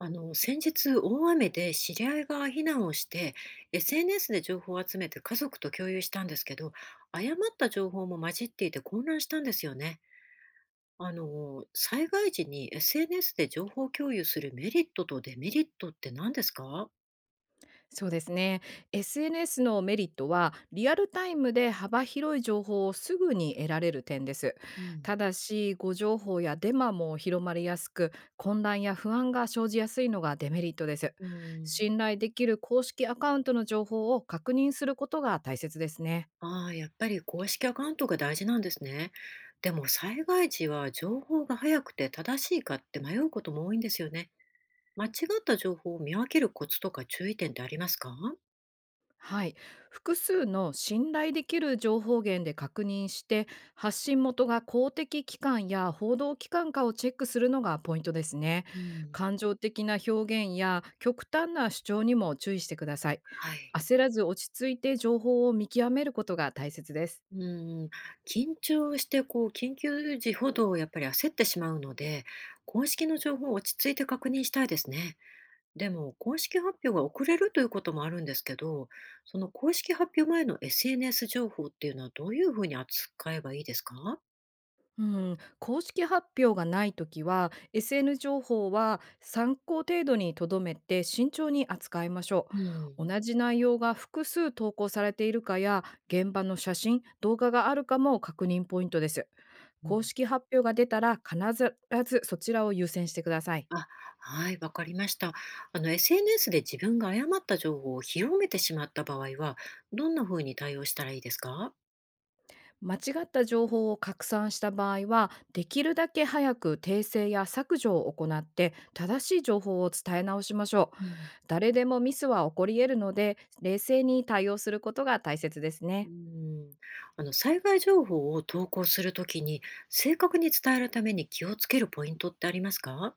先日、大雨で知り合いが避難をして、SNS で情報を集めて家族と共有したんですけど、誤った情報も混じっていて混乱したんですよね。災害時に SNS で情報共有するメリットとデメリットって何ですか？そうですね。SNS のメリットは、リアルタイムで幅広い情報をすぐに得られる点です。うん、ただし、誤情報やデマも広まりやすく、混乱や不安が生じやすいのがデメリットです。うん。信頼できる公式アカウントの情報を確認することが大切ですね。ああ、やっぱり公式アカウントが大事なんですね。でも災害時は情報が早くて正しいかって迷うことも多いんですよね。間違った情報を見分けるコツとか注意点ってありますか？はい、複数の信頼できる情報源で確認して、発信元が公的機関や報道機関かをチェックするのがポイントですね。うん、感情的な表現や極端な主張にも注意してください。はい。焦らず落ち着いて情報を見極めることが大切です。うん、緊張してこう緊急時ほどやっぱり焦ってしまうので、公式の情報を落ち着いて確認したいですね。でも公式発表が遅れるということもあるんですけど、その公式発表前の SNS 情報っていうのはどういうふうに扱えばいいですか？うん、公式発表がないときは SN 情報は参考程度にとどめて慎重に扱いましょうん、う。同じ内容が複数投稿されているかや、現場の写真動画があるかも確認ポイントです。う公ん。式発表が出たら、必ずそちらを優先してください。あ、はい、わかりました。SNS で自分が誤った情報を広めてしまった場合は、どんなふうに対応したらいいですか？間違った情報を拡散した場合は、できるだけ早く訂正や削除を行って、正しい情報を伝え直しましょう。うん。誰でもミスは起こり得るので、冷静に対応することが大切ですうね。ん、災害情報を投稿するときに正確に伝えるために気をつけるポイントってありますか？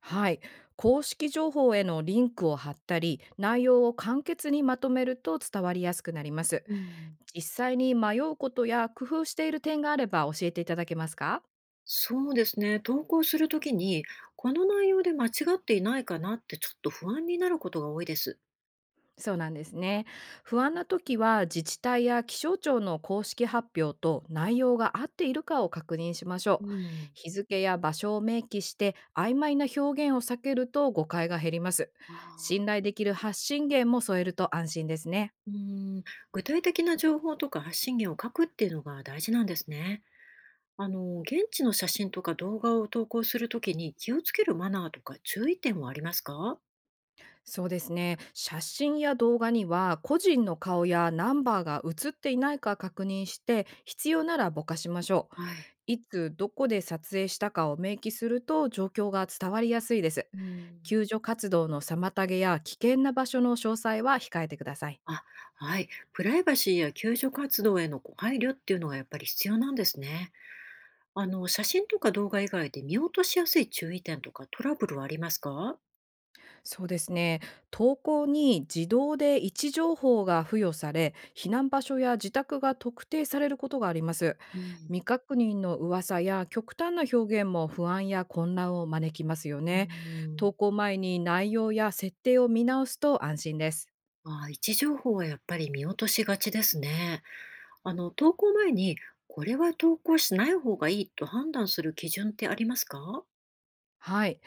はい。公式情報へのリンクを貼ったり、内容を簡潔にまとめると伝わりやすくなります。うん、実際に迷うことや工夫している点があれば、教えていただけますか？そうですね。投稿するときにこの内容で間違っていないかなってちょっと不安になることが多いです。そうなんですね。不安な時は、自治体や気象庁の公式発表と内容が合っているかを確認しましょうう。ん、日付や場所を明記して、曖昧な表現を避けると誤解が減ります。あ信あ、頼できる発信源も添えると安心ですね。うん、具体的な情報とか発信源を書くっていうのが大事なんですね。現地の写真とか動画を投稿するときに気をつけるマナーとか注意点はありますか？そうですね。写真や動画には個人の顔やナンバーが写っていないか確認して、必要ならぼかしましょう。はい。いつどこで撮影したかを明記すると、状況が伝わりやすいです。うん。救助活動の妨げや危険な場所の詳細は控えてください。あ、はい。プライバシーや救助活動へのご配慮っていうのがやっぱり必要なんですね。写真とか動画以外で見落としやすい注意点とかトラブルはありますか？そうですね。投稿に自動で位置情報が付与され、避難場所や自宅が特定されることがあります。うん、未確認の噂や極端な表現も、不安や混乱を招きますようね。ん。投稿前に内容や設定を見直すと安心です。あ、位置情報はやっぱり見落としがちですね。投稿前に、これは投稿しない方がいいと判断する基準ってありますか？はい。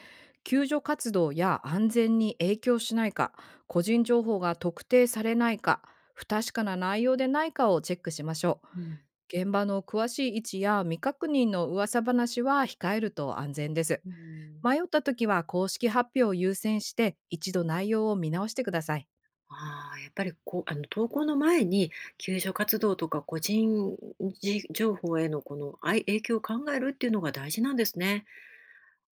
救助活動や安全に影響しないか、個人情報が特定されないか、不確かな内容でないかをチェックしましょうんう。現場の詳しい位置や未確認の噂話は控えると安全です。うん。迷った時は公式発表を優先して、一度内容を見直してください。ああ、やっぱりこう、投稿の前に、救助活動とか個人じ情報へのこの、あい影響を考えるっていうのが大事なんですね。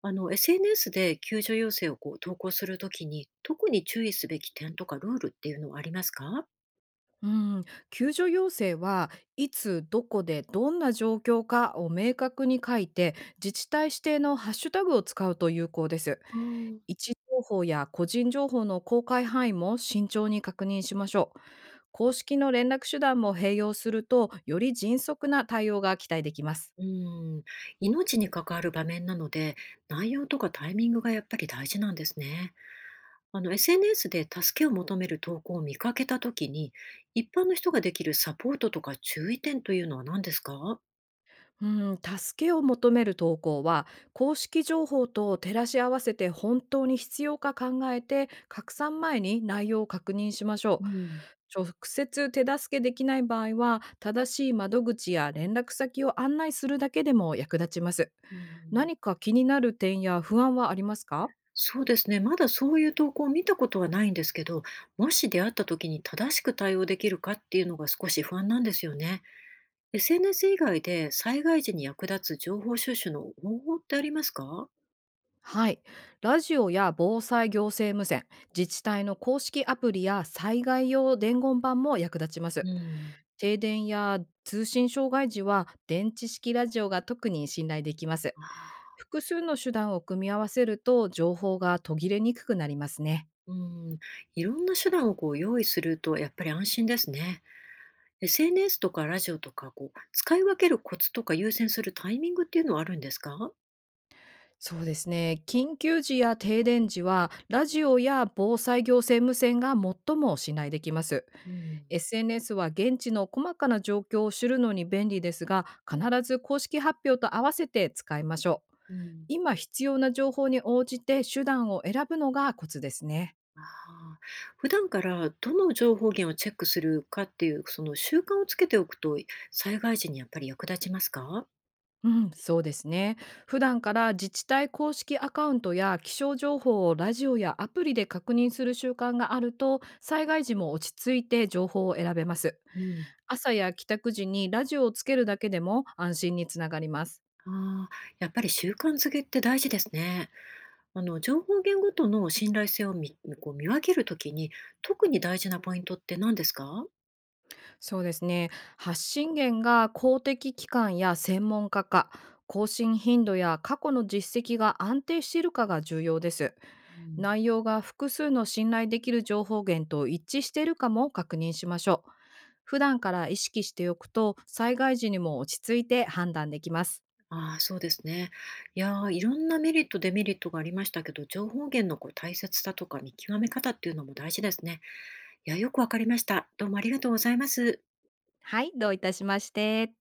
SNS で救助要請をこう投稿するときに、特に注意すべき点とかルールっていうのはありますか？うん、救助要請は、いつどこでどんな状況かを明確に書いて、自治体指定のハッシュタグを使うと有効です。あー、位置情報や個人情報の公開範囲も慎重に確認しましょう。公式の連絡手段も併用すると、より迅速な対応が期待できます。うん、命に関わる場面なので、内容とかタイミングがやっぱり大事なんですね。SNS で助けを求める投稿を見かけたときに、一般の人ができるサポートとか注意点というのは何ですか？うん、助けを求める投稿は、公式情報と照らし合わせて本当に必要か考えて、拡散前に内容を確認しましょうう。ん、直接手助けできない場合は、正しい窓口や連絡先を案内するだけでも役立ちます。うん、何か気になる点や不安はありますか？そうですね。まだそういう投稿を見たことはないんですけど、もし出会った時に正しく対応できるかっていうのが少し不安なんですよね。SNS 以外で災害時に役立つ情報収集の方法ってありますか？はい。ラジオや防災行政無線、自治体の公式アプリや災害用伝言板も役立ちます。うん。停電や通信障害時は、電池式ラジオが特に信頼できます。ああ、複数の手段を組み合わせると、情報が途切れにくくなりますね。うん、いろんな手段をこう用意するとやっぱり安心ですね。SNS とかラジオとか、こう、使い分けるコツとか優先するタイミングっていうのはあるんですか？そうですね。緊急時や停電時は、ラジオや防災行政無線が最も信頼できます。うん、SNS は現地の細かな状況を知るのに便利ですが、必ず公式発表と合わせて使いましょう。うん。今必要な情報に応じて手段を選ぶのがコツですね。ああ、普段からどの情報源をチェックするかっていう、その習慣をつけておくと、災害時にやっぱり役立ちますか？うん、そうですね。普段から自治体公式アカウントや気象情報をラジオやアプリで確認する習慣があると、災害時も落ち着いて情報を選べます。うん。朝や帰宅時にラジオをつけるだけでも安心につながります。ああ、やっぱり習慣づけって大事ですね。情報源ごとの信頼性を見こう見分けるときに、特に大事なポイントって何ですか？そうですね。発信源が公的機関や専門家か、更新頻度や過去の実績が安定しているかが重要です。うん。内容が複数の信頼できる情報源と一致しているかも確認しましょう。普段から意識しておくと、災害時にも落ち着いて判断できます。ああ、そうですね。いやー、いろんなメリット、デメリットがありましたけど、情報源のこう大切さとか見極め方っていうのも大事ですね。いや、よくわかりました。どうもありがとうございます。はい、どういたしまして。